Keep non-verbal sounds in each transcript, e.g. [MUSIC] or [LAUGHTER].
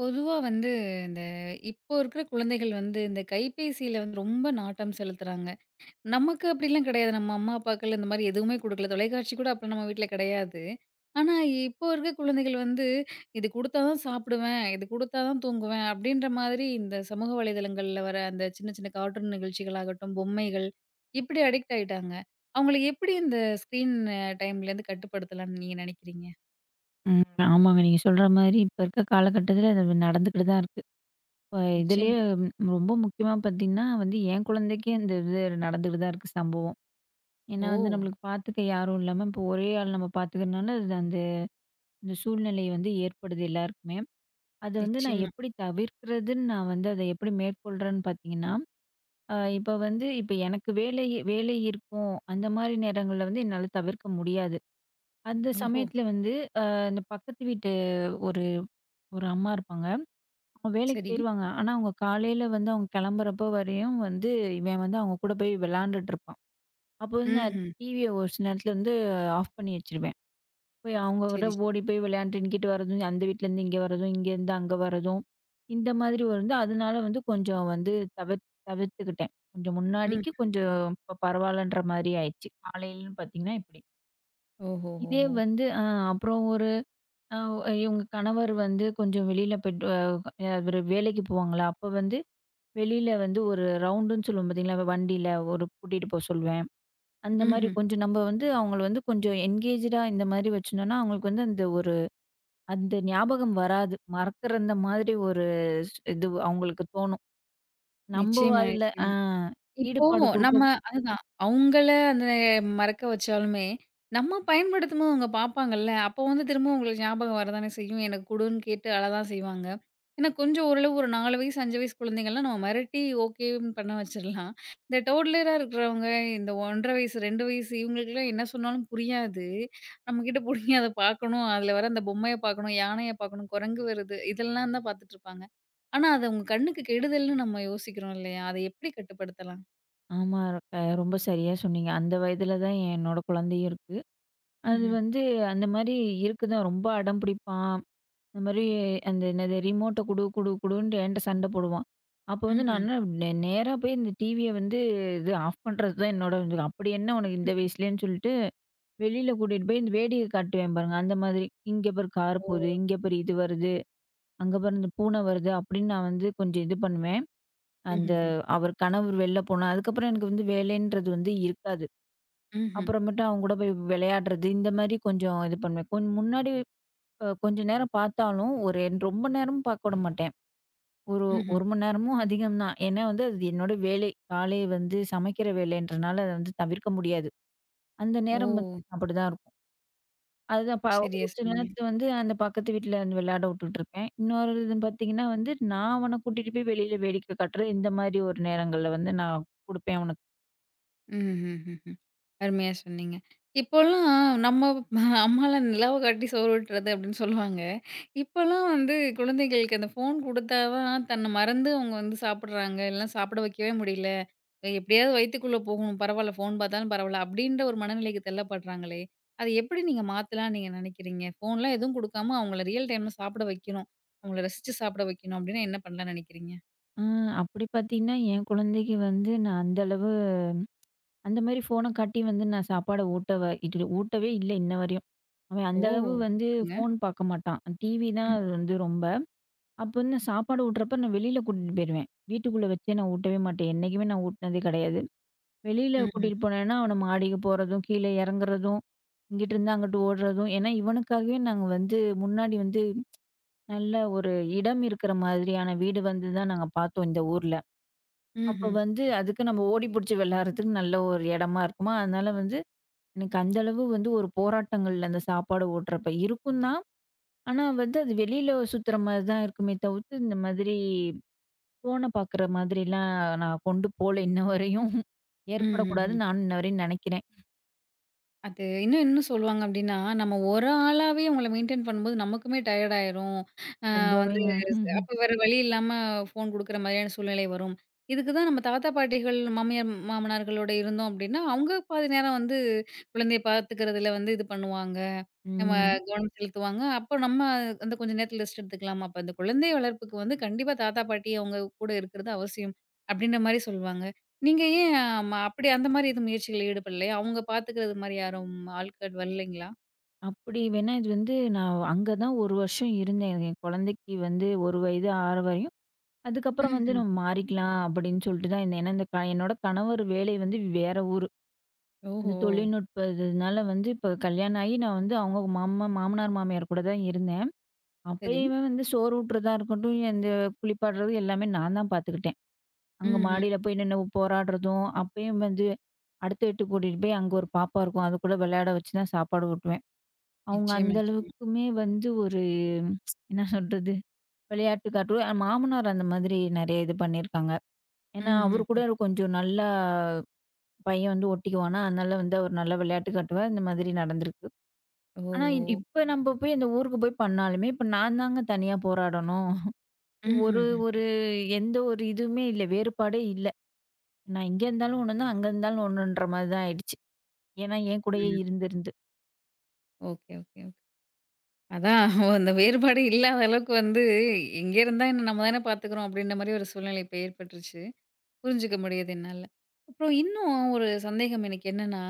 பொதுவா வந்து இந்த இப்போ இருக்கிற குழந்தைகள் வந்து இந்த கைபேசியில வந்து ரொம்ப நாட்டம் செலுத்துறாங்க. நமக்கு அப்படிலாம் கிடையாது. நம்ம அம்மா, அப்பாக்கள் இந்த மாரி எதுவுமே குடுக்கல. தொலைக்காட்சி கூட அப்ப நம்ம வீட்ல கிடையாது. ஆனா, இப்போ இருக்க குழந்தைகள் வந்து "இது குடுத்தா தான் சாப்பிடுவேன். இது குடுத்தா தான் தூங்குவேன்." அப்படின்ற மாதிரி இந்த சமூக வலைதளங்கள்ல வர அந்த சின்ன சின்ன கார்ட்டூன் நிகழ்ச்சிகளாகட்டும், பொம்மைகள் இப்படி அடிக்ட் ஆயிட்டாங்க. அவங்கள எப்படி இந்த ஸ்க்ரீன் டைம்லேருந்து கட்டுப்படுத்தலாம்ன்னு நீங்க நினைக்கிறீங்க? ஆமாங்க. நீங்க சொல்ற மாரி இப்ப இருக்க காலகட்டத்தில அது நடந்துக்கிட்டு தான் இருக்கு. இப்ப இதுலயே நிச்சயமா. ம், ரொம்ப முக்கியமா பார்த்தீங்கன்னா, வந்து என் குழந்தைக்கே இந்த இது நடந்துக்கிட்டு தான் இருக்கு சம்பவம். ஏன்னா ஓ! வந்து நம்மளுக்கு பார்த்துக்க யாரும் இல்லாம, இப்போ ஒரே ஆள் நம்ம பார்த்துக்கிறனால அது அந்த இந்த சூழ்நிலை வந்து ஏற்படுது எல்லாருக்குமே. அத வந்து நான் நிச்சயமா. எப்படி தவிர்க்கிறதுன்னு நான் வந்து அத எப்படி மேற்கொள்றேன்னு பார்த்தீங்கன்னா, இப்ப வந்து இப்ப எனக்கு வேலை வேலை இருக்கும். அந்த மாரி நேரங்கள்ல வந்து என்னால தவிர்க்க முடியாது. அந்த ஓஹோ! சமயத்தில வந்து அ இந்த பக்கத்து வீட்டு ஒரு ஒரு அம்மா இருப்பாங்க. அவங்க வேலைக்கு சரி. போயிருவாங்க. ஆனா, அவங்க காலையில வந்து அவங்க கிளம்புறப்போ வரையும் வந்து, இவன் வந்து அவங்க கூட போய் விளையாண்டுட்டு இருப்பான். அப்போ வந்து நான் ம்ஹ்ம். டிவிய ஒரு சில நேரத்துல வந்து ஆஃப் பண்ணி வச்சுருவேன். போய் அவங்க கூட சரி, சரி. ஓடி போய் விளையாண்டுட்டு இங்கிட்டு வரதும், அந்த வீட்லேருந்து இங்க வரதும், இங்கேருந்து அங்க வரதும், இந்த மாதிரி ஒரு வந்து அதனால வந்து கொஞ்சம் வந்து தவிர் தவிர்த்துக்கிட்டேன். கொஞ்சம் ம். முன்னாடிக்கு கொஞ்சம் இப்ப பரவாயில்லன்ற மாதிரி ஆயிடுச்சு. காலையிலன்னு பார்த்தீங்கன்னா இப்படி. இதே ஓஹோஹோஹோ! வந்து அப்புறம் ஒரு அ இவங்க கணவர் வந்து கொஞ்சம் வெளியில போயிட்டு அவரு வேலைக்கு போவாங்களா, அப்போ வந்து வெளியில வந்து ஒரு ரவுண்டுன்னு சொல்லுவோம் பார்த்தீங்களா? வண்டியில ஒரு கூட்டிட்டு போ சொல்லுவேன். அந்த மாரி ம்ஹ்ம். கொஞ்சம் நம்ம வந்து அவங்கள வந்து கொஞ்சம் என்கேஜ்டா இந்த மாரி வச்சிருந்தோம்னா, அவங்களுக்கு வந்து அந்த ஒரு அந்த ஞாபகம் வராது. மறக்கிற அந்த மாதிரி ஒரு இது அவங்களுக்கு தோணும். நம்ப நிச்சயமா, அதுல நிச்சயமா. இப்போ ஈடுபாடு நம்ம குடுக்க அதுதான். அவங்கள அந்த மறக்க வச்சாலுமே, நம்ம பயன்படுத்தும்போது அவங்க பார்ப்பாங்கல்ல. அப்போ வந்து திரும்ப உங்களுக்கு ஞாபகம் வரதானே செய்யும். "எனக்கு குடுன்னு" கேட்டு அழதான் செய்வாங்க. ஏன்னா கொஞ்சம் ஓரளவு ஒரு 4 வயசு, 5 வயசு குழந்தைங்கலாம் நம்ம மிரட்டி ஓகேன்னு பண்ண வச்சிரலாம். இந்த டோட்லரா இருக்கிறவங்க, இந்த 1½ வயசு, 2 வயசு இவங்களுக்குலாம் என்ன சொன்னாலும் புரியாது. நம்மகிட்ட புடுங்கி அத பார்க்கணும். அதில வர அந்த பொம்மைய பார்க்கணும், யானைய பார்க்கணும், குரங்கு வருது இதெல்லாம் தான் பார்த்துட்டுருப்பாங்க. ஆனா, அது அவங்க கண்ணுக்கு கெடுதல்னு நம்ம யோசிக்கிறோம் இல்லையா? அத எப்படி கட்டுப்படுத்தலாம்? ஆமா. ரொம்ப சரியா சொன்னீங்க. அந்த வயதில தான் என்னோட குழந்தையும் இருக்கு. அது ம்ஹ்ம். வந்து அந்த மாரி இருக்குதான். ரொம்ப அடம் பிடிப்பான். இந்த மாரி அந்த என்னது ரிமோட்ட குடு குடு குடுன்ட்டு என்ட்ட சண்ட போடுவான். அப்போ வந்து நான் ம்ஹ்ம். என்ன நேரா போய் இந்த டிவிய வந்து இது ஆஃப் பண்றது தான் என்னோட இது. அப்படி என்ன உனக்கு இந்த வயசுலேன்னு சொல்லிட்டு, வெளியில கூட்டிட்டு போய் இந்த வேடிக்கை காட்டுவேன் பாருங்க. அந்த மாதிரி. இங்க பாரு கார் ஓ! போகுது, இங்க பாரு இது வருது, அங்க பாரு இந்த பூனை வருது அப்படின்னு நான் வந்து கொஞ்சம் இது பண்ணுவேன். அந்த ம்ஹ்ஹ்ம். அவர் கணவர் வெளில போனா, அதுக்கப்புறம் எனக்கு வந்து வேலைன்றது வந்து இருக்காது. ம்ஹ்ம். அப்புறமேட்டு அவங்க கூட போய் விளையாடுறது, இந்த மாரி கொஞ்சம் இது பண்ணுவேன். கொஞ்சம் முன்னாடி கொஞ்ச நேரம் பார்த்தாலும் ஒரு ரொம்ப நேரம் பார்க்க விட மாட்டேன். ஒரு ம்ஹ்ம். 1 மணி நேரமும் அதிகம் தான். ஏன்னா வந்து அது என்னோட வேலை. காலை வந்து சமைக்கிற வேலைன்றனால அத வந்து தவிர்க்க முடியாது. அந்த ஓ! நேரம் வந்து அப்படிதான் இருக்கும். அதுதான் இப்ப சரியா ஒரு சில சொன்னீங்க. நேரத்துல வந்து அந்த பக்கத்து வீட்ல வந்து விளையாட விட்டுட்டுருப்பேன். இன்னொரு இது பார்த்தீங்கன்னா வந்து, நான் அவன கூட்டிட்டு போய் வெளியில வேடிக்கை காட்டுறது இந்த மாதிரி ஒரு நேரங்கள்ல வந்து நான் குடுப்பேன் அவனுக்கு. ம்ஹ்ஹ்ஹ்ம். அருமையா சொன்னீங்க. இப்போலாம் நம்ம அம்மாலாம் நிலாவ காட்டி சோறு ஊட்டுறது அப்டின்னு சொல்லுவாங்க. இப்பலாம் வந்து குழந்தைகளுக்கு அந்த ஃபோன் குடுத்தா தான் தன்ன மறந்து அவங்க வந்து சாப்பிடுறாங்க. இல்லனா சாப்பிட வைக்கவே முடியல. எப்படியாவது வயித்துக்குள்ள போகணும். பரவால்ல ஃபோன் பார்த்தாலும் பரவால்ல. அப்படின்ற ஒரு மனநிலைக்கு தள்ளப்படுறாங்களே. அத எப்படி நீங்க மாத்தலாம்னு நீங்க நினைக்கிறீங்க? ஃபோன்லாம் எதுவும் குடுக்காம அவங்கள ரியல் டைம்ல சாப்பிட வைக்கணும். அவங்கள ரசிச்சு சாப்பிட வைக்கணும் அப்படின்னா என்ன பண்ணலாம்னு நினைக்கிறீங்க? அ அப்படி பார்த்தீங்கன்னா, என் குழந்தைக்கு வந்து நான் அந்த அளவு அந்த மாதிரி ஃபோன காட்டி வந்து நான் சாப்பாட இது ஊட்டவே இல்ல இன்ன வரையும். அவன் ஓ! அந்த அளவு வந்து சூப்பருங்க. ஃபோன் பார்க்க மாட்டான். டிவி தான் ம். அது வந்து ரொம்ப அப்ப வந்து நான் சாப்பாடு ஊட்டுறப்ப நான் வெளியில கூட்டிட்டு போயிருவேன். வீட்டுக்குள்ள வச்சே நான் ஊட்டவே மாட்டேன். என்னைக்குமே நான் ஊட்டுனதே கிடையாது. வெளியில ம்ஹ்ம். கூட்டிட்டு போனேன்னா, அவன மாடிக்கு போறதும், கீழே இறங்குறதும், இங்கிட்டிருந்து அங்கிட்டு ஓடுறதும். ஏன்னா இவனுக்காகவே நாங்க வந்து முன்னாடி வந்து நல்ல ஒரு இடம் இருக்கிற மாதிரியான வீடு வந்து தான் நாங்க பார்த்தோம் இந்த ஊர்ல. அப்ப ம்ஹ்ம். வந்து அதுக்கு நம்ம ஓடி பிடிச்சு விளையாடுறதுக்கு நல்ல ஒரு இடமா இருக்குமா, அதனால வந்து எனக்கு அந்த அளவு வந்து ஒரு போராட்டங்கள் அந்த சாப்பாடு ஊட்டுறப்ப இருக்கும் தான். ஆனா வந்து அது வெளியில சுத்துற மாதிரி தான் இருக்குமே தவிர்த்து இந்த மாதிரி ஃபோன பாக்குற மாதிரிலாம் நான் கொண்டு போல இன்ன வரையும். ம்ஹ்ம். ஏற்படக்கூடாதுன்னு நானும் இன்ன வரையும் நெனைக்கிறேன். அது இன்னும் என்ன சொல்லுவாங்க அப்டின்னா, நம்ம ஒரு ஆளாவே அவங்கள மெயின்டெயின் பண்ணும்போது நமக்குமே டயர்ட் ஆயிரும். அ வந்து ரொம்பவேங்க. அப்ப வேற வழி இல்லாம ஃபோன் குடுக்குற மாதிரியான சூழ்நிலை வரும். இதுக்கு தான் நம்ம தாத்தா, பாட்டிகள், மாமியார், மாமனார்களோட இருந்தோம் அப்டின்னா, அவங்க பாதி நேரம் வந்து குழந்தைய பார்த்துக்கிறதுல வந்து இது பண்ணுவாங்க. நம்ம ம். கவனம் செலுத்துவாங்க. அப்போ நம்ம அந்த கொஞ்சம் நேரத்துல ரெஸ்ட் எடுத்துக்கலாம். அப்ப அந்த குழந்தை வளர்ப்புக்கு வந்து கண்டிப்பா தாத்தா, பாட்டி அவங்க கூட இருக்கிறது அவசியம். அப்படின்ற மாரி சொல்லுவாங்க. நீங்க ஏன் அப்படி அந்த மாரி எதுவும் முயற்சிகள்ல ஈடுபடலையா? அவங்க பாத்துக்கிறது மாரி யாரும் ஆட்கள் வரலைங்களா? அப்படி வேணா இது வந்து நான் அங்க தான் 1 வருஷம் இருந்தேன். என் குழந்தைக்கு வந்து 1 வயது ஆற வரையும். அதுக்கப்புறம் வந்து ம்ஹ்ம். நம்ம மாறிக்கலாம் அப்படின்னு சொல்லிட்டு தான் இருந்தேன். ஏன்னா இந்த என்னோட கணவர் வேலை வந்து வேற ஊரு. ஓஹோ! அந்த தொழில்நுட்ப இதுனால வந்து இப்ப கல்யாணம் ஆகி நான் வந்து அவங்க மாமா மாமனார் மாமியார் கூட தான் இருந்தேன். சரி. அப்பயுமே வந்து சோறு ஊட்டுறதா இருக்கட்டும், இந்த குளிப்பாட்டுறது எல்லாமே நான் தான் பாத்துக்கிட்டேன். அங்க ம்ஹ்ம். மாடியில போய் நின்னு போராடுறதும், அப்பயும் வந்து அடுத்த வீட்டுக்கு கூட்டிட்டு போய் அங்க ஒரு பாப்பா இருக்கும். அது கூட விளையாட வச்சு தான் சாப்பாடு ஊட்டுவேன். அவங்க நிச்சயமா, அந்த நிச்சயமா. அளவுக்குமே வந்து ஒரு என்ன சொல்றது? விளையாட்டு காட்டுவ மாமனார் அந்த மாதிரி நெறைய இது பண்ணியிருக்காங்க. ஏன்னா, அவரு கூட ம்ஹ்ஹ்ம். கொஞ்சம் நல்லா பையன் வந்து ஒட்டிக்குவானா, அதனால வந்து அவர் நல்லா விளையாட்டு காட்டுவார். இந்த மாதிரி நடந்திருக்கு. ஆனா, ஓஹோ! இப்ப நம்ம போய் அந்த ஊருக்கு போய் பண்ணாலுமே, இப்ப நான் தாங்க தனியா போராடணும். ஒரு ம்ஹ்ஹ்ம். ஒரு எந்த ஒரு இதுவுமே இல்ல. வேறுபாடே இல்ல. நான் இங்க இருந்தாலும் ஒண்ணுதான், அங்க இருந்தாலும் ஒண்ணுன்ற மாரி தான் ஆயிடுச்சு. ஏன்னா, என் கூடயே ம். இருந்து இருந்து. Okay, okay, okay. அதான் [LAUGHS] அந்த வேறுபாடு இல்லாத அளவுக்கு வந்து எங்க இருந்தா என்ன நம்ம தானே பாத்துக்கிறோம் அப்படின்ற மாரி ஒரு சூழ்நிலை இப்ப ஏற்பட்டுருச்சு. புரிஞ்சுக்க முடியுது என்னால. அப்புறம் இன்னும் ஒரு சந்தேகம் எனக்கு என்னன்னா,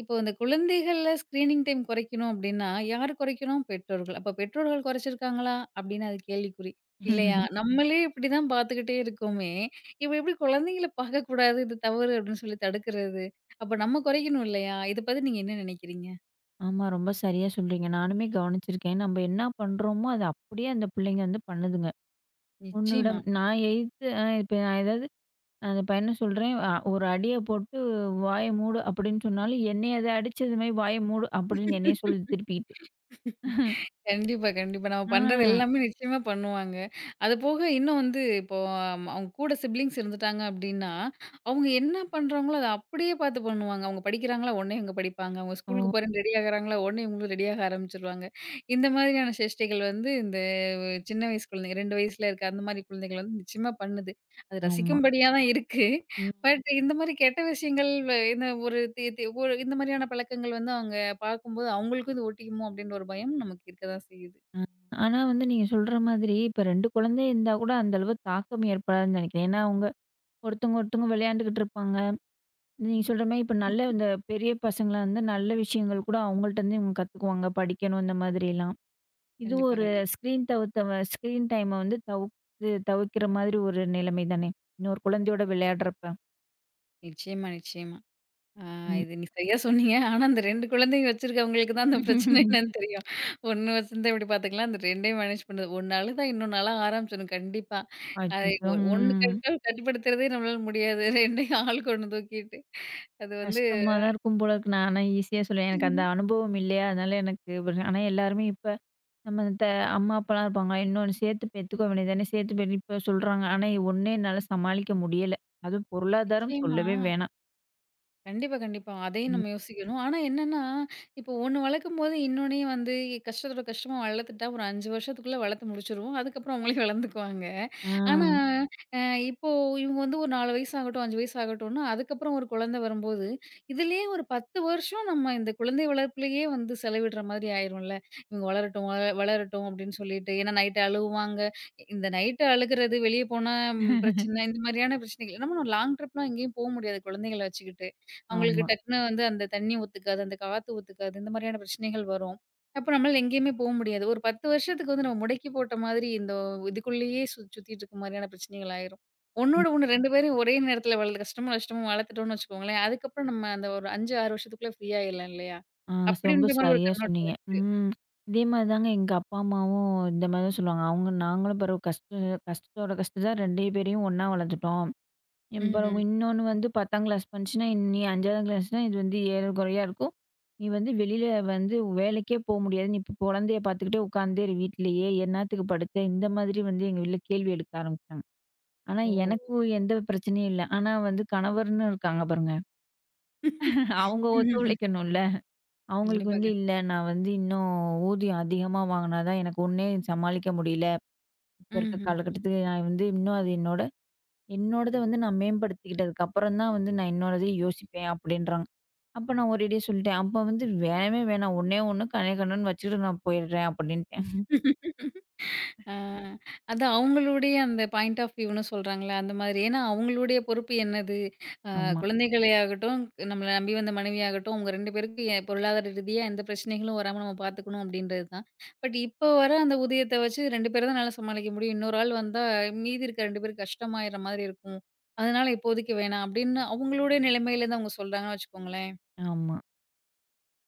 இப்போ இந்த குழந்தைகள்ல ஸ்க்ரீனிங் டைம் குறைக்கணும் அப்டின்னா, யாரு குறைக்கணும்? பெற்றோர்கள். அப்ப பெற்றோர்கள் குறைச்சிருக்காங்களா? அப்டின்னு அது கேள்விக்குறி. இல்லையா? நம்மளே இப்டிதான் பார்த்துக்கிட்டே இருக்கோமே, இப்ப எப்டி குழந்தைங்கள பார்க்கக்கூடாது, இது தவறு அப்டின்னு சொல்லி தடுக்குறது? அப்ப நம்ம குறைக்கணும் இல்லையா? இத பத்தி நீங்க என்ன நினைக்கிறீங்க? ஆமா, ரொம்ப சரியா சொல்றீங்க. நானுமே கவனிச்சிருக்கேன். நம்ம என்ன பண்றோமோ, அது அப்படியே அந்த பிள்ளைங்க வந்து பண்ணுதுங்க. நிச்சயமா. உன்னிடம் நான் எய்த்து இப்ப நான் ஏதாவது நான் அந்த பையன சொல்றேன், "ஒரு அடிய போட்டு வாய மூடு" அப்படின்னு சொன்னாலும், என்னைய அத அடிச்சது மாரி "வாய மூடு" அப்படின்னு என்னைய சொல்லுது திருப்பிக்கிட்டு. கண்டிப்பா, கண்டிப்பா. நம்ம பண்றது ஆ. எல்லாமே நிச்சயமா பண்ணுவாங்க. அதுபோக இன்னும் வந்து இப்போ அவங்க கூட சிப்லிங்ஸ் இருந்துட்டாங்க அப்டின்னா, அவங்க என்ன பண்றாங்களோ அத அப்படியே பார்த்து பண்ணுவாங்க. அவங்க படிக்கிறாங்களா, உடனே இவங்க படிப்பாங்க. அவங்க ஓ! ஸ்கூலுக்கு போறேன்னு ரெடி ஆகுறாங்களா, உடனே இவங்களும் ரெடி ஆக ஆரம்பிச்சுருவாங்க. இந்த மாதிரியான சேஷ்டைகள் வந்து இந்த சின்ன வயசு குழந்தைங்க 2 வயசுல இருக்க அந்த மாரி குழந்தைகள் வந்து நிச்சயமா பண்ணுது. அது ஆமா. ரசிக்கும்படியா தான் இருக்கு. ம். பட் இந்த மாரி கெட்ட விஷயங்கள் வ இந்த ஒரு தி தி ஒரு இந்த மாரியான பழக்கங்கள் வந்து அவங்க பார்க்கும்போது, அவங்களுக்கும் இது ஒட்டிக்குமோ அப்டின்ற ஒரு பயம் நமக்கு இருக்க தான் செய்யுது. அ. ஆனா வந்து நீங்க சொல்ற மாதிரி, இப்ப 2 குழந்தை இருந்தா கூட அந்த அளவு தாக்கம் ஏற்படாதுன்னு நெனைக்கிறேன். ஏன்னா, அவங்க ஒருத்தவங்க விளையாண்டுகிட்டு இருப்பாங்க. நீங்க சொல்ற மாரி இப்ப நல்ல இந்த பெரிய பசங்களா இருந்தா, நல்ல விஷயங்கள் கூட அவங்கள்ட்டருந்து இவங்க கத்துக்குவாங்க, படிக்கணும் இந்த மாதிரிலாம். இது கண்டிப்பா, ஒரு கண்டிப்பா. ஸ்க்ரீன் டைம வந்து தவிர்க்கிற மாதிரி ஒரு நிலைமை தானே! இன்னொரு குழந்தையோட விளையாடுறப்ப. நிச்சயமா, நிச்சயமா. ஆ ம். இது சரியா சொன்னீங்க. ஆனா அந்த 2 குழந்தைங்க வச்சிருக்கவங்களுக்கு தான் அந்த பிரச்சனை என்னன்னு தெரியும். 1 வச்சிருந்தா இப்டி பார்த்துக்கலாம். அந்த 2யும் மேனேஜ் பண்ணுது. 1 அழுதா இன்னொன்னு அழ ஆரம்பிச்சிடும் கண்டிப்பா. அது அச்சச்சோ! 1 ம். கட்டால் கட்டுப்படுத்துறதே நம்மளால முடியாது. 2யும் ஆளுக்கு 1 தூக்கிட்டு. அது வந்து கஷ்டமா தான் இருக்கும் போல இருக்கு. நான் ஆனா ஈஸியா சொல்லுவேன். எனக்கு அந்த ம். அனுபவம் இல்லையா, அதனால எனக்கு ஆனா எல்லாருமே இப்ப நம்ம அம்மா, அப்பாலாம் இருப்பாங்க. இன்னொன்னு சேர்த்து பெத்துக்க வேண்டியது தானே! சேர்த்து இப்ப சொல்றாங்க. ஆனா ஒண்ணே என்னால சமாளிக்க முடியல. அதுவும் பொருளாதாரம் நிச்சயமா. சொல்லவே வேணாம். கண்டிப்பா, கண்டிப்பா. அதையும் ம். நம்ம யோசிக்கணும். ஆனா என்னன்னா, இப்போ ஒண்ணு வளர்க்கும்போது இன்னொன்னையும் வந்து கஷ்டத்தோட கஷ்டமா வளர்த்துட்டா, ஒரு 5 வருஷத்துக்குள்ள வளர்த்து முடிச்சுருவோம். அதுக்கப்புறம் அவங்களே வளர்ந்துக்குவாங்க. ஆ. ஆனா, ம். அ இப்போ இவங்க வந்து ஒரு 4 வயசாகட்டும், 5 வயசாகட்டும்னா, அதுக்கப்புறம் ஒரு குழந்தை வரும்போது, இதுலயே ஒரு 10 வருஷம் நம்ம இந்த குழந்தை வளர்ப்புலயே வந்து செலவிடுற மாதிரி ஆயிரும்ல. இவங்க வளரட்டும், வளரட்டும் அப்படின்னு சொல்லிட்டு. ஏன்னா நைட்டு அழுவாங்க. இந்த நைட்டு அழுகுறது, வெளிய போனா ம், பிரச்சனை, இந்த மாதிரியான பிரச்சனைகள். நம்ம லாங் ட்ரிப்லாம் எங்கேயும் போ முடியாது குழந்தைங்கள வச்சுக்கிட்டு. அவங்களுக்கு ஆமா. டக்குன்னு வந்து அந்த தண்ணி ஒத்துக்காது, அந்த காத்து ஒத்துக்காது. இந்த மாதிரியான பிரச்சனைகள் வரும். அப்ப நம்மளால எங்கேயுமே போ முடியாது. ஒரு 10 வருஷத்துக்கு வந்து நம்ம முடக்கி போட்ட மாதிரி இந்த இதுக்குள்ளேயே சுத்திட்டு இருக்க மாதிரியான பிரச்சனைகள் ஆயிரும். ம். ஒண்ணோட ஒண்ணு 2 பேரையும் ஒரே நேரத்துல வளர்த்து கஷ்டமும், நஷ்டமும் வளர்த்துட்டோம்னு வச்சுக்கோங்களேன். அதுக்கப்புறம் நம்ம அந்த ஒரு 5, 6 வருஷத்துக்குள்ள ஃப்ரீ ஆயிடலாம் இல்லையா? ஆ ரொம்ப அப்படின்ற மாதிரி ஒரு சரியா கண்ணோட்டம். சொன்னீங்க. ம். இதே மாரி தாங்க எங்க அப்பா, அம்மாவும் இந்த மாரி தான் சொல்லுவாங்க. அவங்க நாங்களும் பிறவு கஷ்டத்தோட கஷ்டம் தான் 2 பேரையும் ஒண்ணா வளர்த்துட்டோம். அப்புறம் ம்ஹ்ம். இன்னொன்னு வந்து 10ஆம் கிளாஸ் படிச்சுன்னா, நீ 5ஆவது கிளாஸ்னா இது வந்து ஏறக்குறையா இருக்கும். நீ வந்து வெளியில வந்து வேலைக்கே போ முடியாது. நீ இப்ப குழந்தைய பார்த்துக்கிட்டே உட்கார்ந்தே இரு வீட்லயே. என்னாத்துக்கு படுத்த? இந்த மாதிரி வந்து எங்க வீட்ல கேள்வி எடுக்க ஆரம்பிச்சாங்க. ஆனா ஓ! எனக்கு எந்த பிரச்சனையும் இல்ல. ஆனா வந்து கணவர்ன்னு இருக்காங்க பாருங்க. [LAUGHS] அவங்க ம்ஹ்ஹ்ம். ஒத்துழைக்கணும்ல. அவங்களுக்கு கண்டிப்பாங்க. வந்து இல்ல நான் வந்து இன்னும் ஊதியம் அதிகமா வாங்குனா தான் எனக்கு ஒண்ணே சமாளிக்க முடியல. இப்ப இருக்க காலகட்டத்துக்கு நான் வந்து இன்னும் அது என்னோட என்னோடத வந்து நான் மேம்படுத்திக்கிட்டதுக்கு அப்புறம் தான் வந்து நான் என்னோடதயே யோசிப்பேன் அப்படின்றாங்க. அப்ப நான் ஒரேடியா சொல்லிட்டேன். அப்ப வந்து வேணவே வேணாம். ஒண்ணே ஒண்ணு கண்ணே கண்ணுன்னு வச்சுட்டு நான் போயிடுறேன் அப்படின்ட்டேன். ம்ஹ்ம். ஆ, அதான் அவங்களுடைய அந்த பாயிண்ட் ஆஃப் வியூன்னு சொல்றாங்கல்ல, அந்த மாதிரி. ஏன்னா, அவங்களுடைய பொறுப்பு என்னது? அ ஆமா, குழந்தைகளே ஆகட்டும், நம்மள நம்பி வந்த மனைவியாகட்டும், அவங்க 2 பேருக்கும் பொருளாதார ரீதியா எந்த பிரச்சனைகளும் வராம நம்ம பார்த்துக்கணும் அப்படின்றது தான். பட் இப்போ வர அந்த ஊதியத்த வச்சு 2 பேர தான் என்னால சமாளிக்க முடியும். இன்னொரு ஆள் வந்தா மீதி இருக்க 2 பேருக்கு கஷ்டமாயிற மாதிரி இருக்கும். அதனால இப்போதைக்கு வேணாம் அப்படின்னு அவங்களுடைய நிலைமையிலேருந்து அவங்க சொல்றாங்கன்னு வச்சுக்கோங்களேன். ஆமா,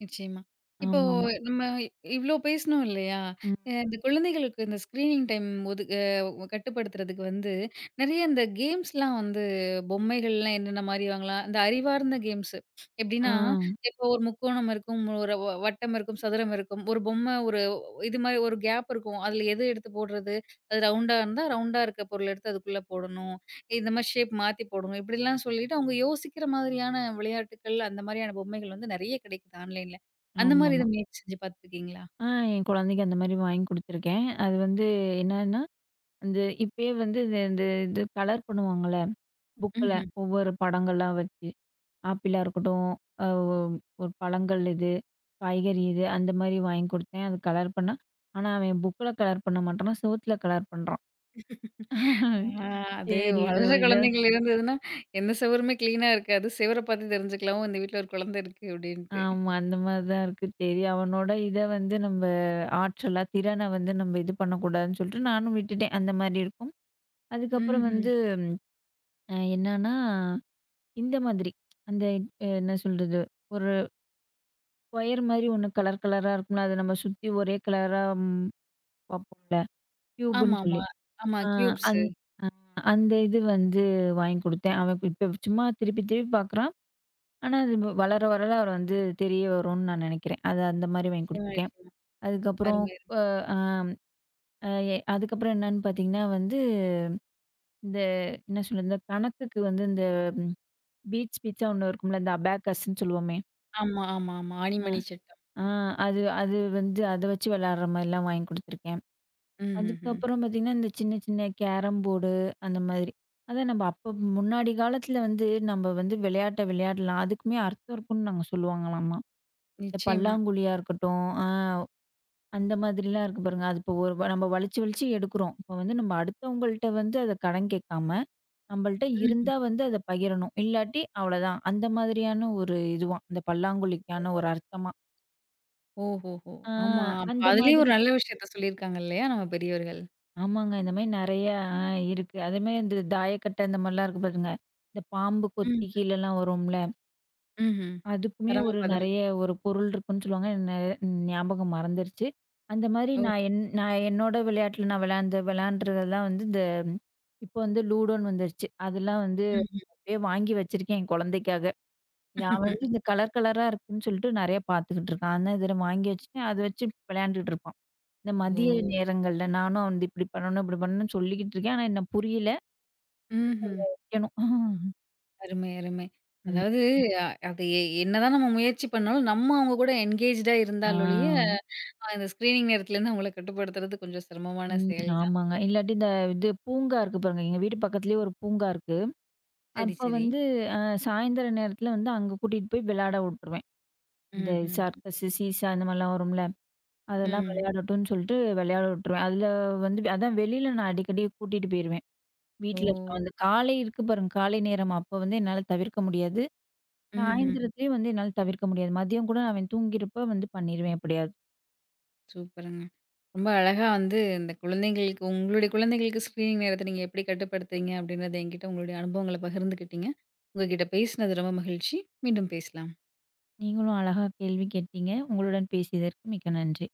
நிச்சயமா. இப்போ ஆமாமா. நம்ம இவ்ளோ பேசினோம் இல்லையா? ம். இந்த குழந்தைகளுக்கு இந்த ஸ்க்ரீனிங் டைம் ஒதுக் அ கட்டுப்படுத்துறதுக்கு வந்து நெறைய இந்த கேம்ஸ்லாம் வந்து பொம்மைகள்லாம் என்னென்ன மாரி வாங்கலாம்? இந்த அறிவார்ந்த கேம்ஸ் ஆ. எப்டின்னா, இப்போ ஒரு முக்கோணம் இருக்கும், ஒரு வட்டம் இருக்கும், சதுரம் இருக்கும். ஒரு பொம்மை ஒரு இது மாரி ஒரு கேப் இருக்கும். அதில எது எடுத்து போடுறது? அது ரவுண்டா இருந்தா, ரவுண்டா இருக்க பொருள் எடுத்து அதுக்குள்ள போடணும். இந்த மாரி ஷேப் மாத்தி போடுங்க. இப்படிலாம் சொல்லிட்டு அவங்க யோசிக்கிற மாதிரியான விளையாட்டுக்கள், அந்த மாரியான பொம்மைகள் வந்து நெறைய கிடைக்குது ஆன்லைன்ல. அந்த மாரி ஆமாமா. எதுவும் முயற்சி செஞ்சு பார்த்துருக்கீங்களா? ஆ என் குழந்தைக்கு அந்த மாரி வாங்கி குடுத்துருக்கேன். அது வந்து என்னன்னா, அந்த இப்பயே வந்து இந்த இந்த இது கலர் பண்ணுவாங்கல்ல, புக்குல ம்ஹ்ம். ஒவ்வொரு படங்களா வச்சு. ஆப்பிளா இருக்கட்டும், அ ஒ ஒரு பழங்கள் இது, காய்கறி இது, அந்த மாரி வாங்கி குடுத்தேன். அது கலர் பண்ணா ஆனா, அவன் புக்ல கலர் பண்ண மாட்றான். செவுத்துல கலர் பண்றான். ஆ அது சரி இதோ வளர்ற இத குழந்தைகள் இருந்ததுன்னா, எந்த செவருமே கிளீனா இருக்காது. செவர பார்த்து தெரிஞ்சுக்கலாம். ஓ! இந்த வீட்ல ஒரு குழந்தை இருக்கு அப்படின்ட்டு. ஆமா. அந்த மாரி தான் இருக்கு. சரி அவனோட இத வந்து நம்ப ஆற்றலா, திறன வந்து நம்ம இது பண்ணக்கூடாதுன்னு சொல்லிட்டு நானும் விட்டுட்டேன். அந்த மாரி இருக்கும். அதுக்கப்புறம் ம்ஹ்ம். வந்து என்னன்னா, இந்த மாதிரி அந்த என்ன சொல்றது? ஒரு ஸ்கொயர் மாரி ஒண்ணு கலர் கலரா இருக்கும்ல, அத நம்ம சுத்தி ஒரே கலரா வப்போம்ல, கியூப்ன்னு சொல்லி. ஆமாமா. ஆமா ஆ, கியூப்ஸு. அந் அ அந்த இது வந்து வாங்கி குடுத்தேன். அவன் இப்ப சும்மா திருப்பி திருப்பி பார்க்குறான். ஆனா, அது வளர வளர அவர் வந்து தெரிய வரும்னு நான் நெனைக்கிறேன். அது அந்த மாரி வாங்கி நிச்சயமா, குடுத்துருக்கேன். நிச்சயமா. அதுக்கப்புறம் அருமை. அருமை. அ ஆம் அ எ அதுக்கப்புறம் என்னன்னு பார்த்தீங்கன்னா வந்து, இந்த என்ன சொல்றது? இந்த கணக்குக்கு வந்து இந்த பீட்ஸா ஒண்ணு இருக்கும்ல, இந்த அபாக்கஸ்ன்னு சொல்லுவோமே. ஆமா, ஆமா, ஆமா. அ ஆணிமணி சட்டம். ஆ அது அது வந்து அத வச்சு விளையாடுற மாரிலாம் வாங்கி குடுத்துருக்கேன். ம்ஹ்ஹ்ம். அதுக்கப்புறம் பார்த்தீங்கன்னா, இந்த சின்ன சின்ன கேரம் போர்டு அந்த மாதிரி. அதான் நம்ம அப்ப முன்னாடி காலத்துல வந்து நம்ம வந்து விளையாட்ட விளையாடலாம். அதுக்குமே அர்த்தம் இருக்குன்னு நாங்க சொல்லுவாங்களாமா. இந்த நிச்சயமா. பல்லாங்குழியா இருக்கட்டும், அந்த மாதிரிலாம் இருக்கு பாருங்க. அது இப்போ ஒரு நம்ம வலிச்சு வலிச்சு எடுக்கிறோம். இப்போ வந்து நம்ம அடுத்தவங்கள்ட்ட வந்து அத கடன் கேட்காம, நம்மள்ட்ட ம்ஹ்ம். இருந்தா வந்து அத பகிரணும். இல்லாட்டி அவ்வளோதான். அந்த மாதிரியான ஒரு இதுவாம். இந்த பல்லாங்குழிக்கான ஒரு அர்த்தமா. ஓஹோஹோ! ஆ ஆமா. அப்ப அந்த அதுலயும் ஒரு மாதிரி. நல்ல விஷயத்த சொல்லியிருக்காங்க இல்லையா நம்ம பெரியவர்கள். ஆமாங்க. இந்த மாரி நெறைய ஆ இருக்கு. அதேமாரி இந்த தாயக்கட்ட இந்த மாரிலாம் இருக்கு பாருங்க. இந்த பாம்பு ம். கொத்தி கீழலாம் வரும்ல. ம்ஹ்ம். அதுக்குமே ஒரு பரமபதம். நெறைய ஒரு பொருள் இருக்குன்னு சொல்லுவாங்க. ஞாபகம் மறந்துருச்சு. அந்த மாரி ஓ! நான் என்னோட விளையாட்டுல நான் விளையாண்டுறதெல்லாம் வந்து இந்த இப்போ வந்து லூடோன்னு வந்துருச்சு. அதெல்லாம் வந்து ம்ஹ்ம். அப்படியே வாங்கி வச்சிருக்கேன் என் குழந்தைக்காக. இல்ல, அவன் வந்து இந்த கலர் கலரா இருக்குன்னு சொல்லிட்டு நெறைய பார்த்துக்கிட்டு இருக்கான். ஆனா இதில வாங்கி வச்சுட்டேன். அத வச்சு விளையாண்டுட்டு இருப்பான். இந்த ஓ! மதிய நேரங்கள்ல நானும் வந்து இப்டி பண்ணணும், இப்டி பண்ணணும்னு சொல்லிக்கிட்டு இருக்கேன். ஆனா என்ன புரியல. ம்ஹ்ம். ஏனோ அருமை, அருமை. ம். அதாவது ம். அ அது எ என்னதான் நம்ம முயற்சி பண்ணாலும், நம்ம அவங்க கூட என்கேஜ்டா ஆ. இருந்தாலொழிய, இந்த ஸ்க்ரீனிங் நேரத்துலேருந்து அவங்கள கட்டுப்படுத்துறது கொஞ்சம் சிரமமான ம். செயல் தான். ஆமாங்க. இல்லாட்டி இந்த இது பூங்கா இருக்கு பாருங்க. எங்க வீட்டு பக்கத்துலயே ஒரு பூங்கா இருக்கு. சரி, அப்ப சரி. வந்து சாயந்தர நேரத்துல வந்து அங்க கூட்டிட்டு போய் விளையாட உட்டுருவேன். இந்த ம்ஹ்ம். சர்க்கஸ், சீசா இந்த மாரிலாம் வரும்ல. அதெல்லாம் ம். விளையாடட்டும்னு சொல்லிட்டு விளையாட விட்டுருவேன். அதுல வந்து அதான் வெளில நான் அடிக்கடி கூட்டிட்டு போயிருவேன். ஓ! வீட்ல இருக்க அந்த காலை இருக்கு பாருங்க. காலை நேரம் அப்ப வந்து என்னால தவிர்க்க முடியாது. ம்ஹ்ம். சாயந்திரத்துலயும் வந்து என்னால தவிர்க்க முடியாது. மதியம் கூட அவன் தூங்கியிருப்ப வந்து பண்ணிருவேன் எப்படியாவது. சூப்பருங்க. ரொம்ப அழகா வந்து இந்த குழந்தைங்களுக்கு உங்களுடைய குழந்தைங்களுக்கு ஸ்க்ரீனிங் நேரத்த நீங்க எப்படி கட்டுப்படுத்துறீங்க? அப்படின்றத என்கிட்ட உங்களுடைய அனுபவங்கள பகிர்ந்துக்கிட்டீங்க. உங்க கிட்ட பேசினது ரொம்ப மகிழ்ச்சி. மீண்டும் பேசலாம். நீங்களும் அழகா கேள்வி கேட்டீங்க. உங்களுடன் பேசியதற்கு மிக்க நன்றி.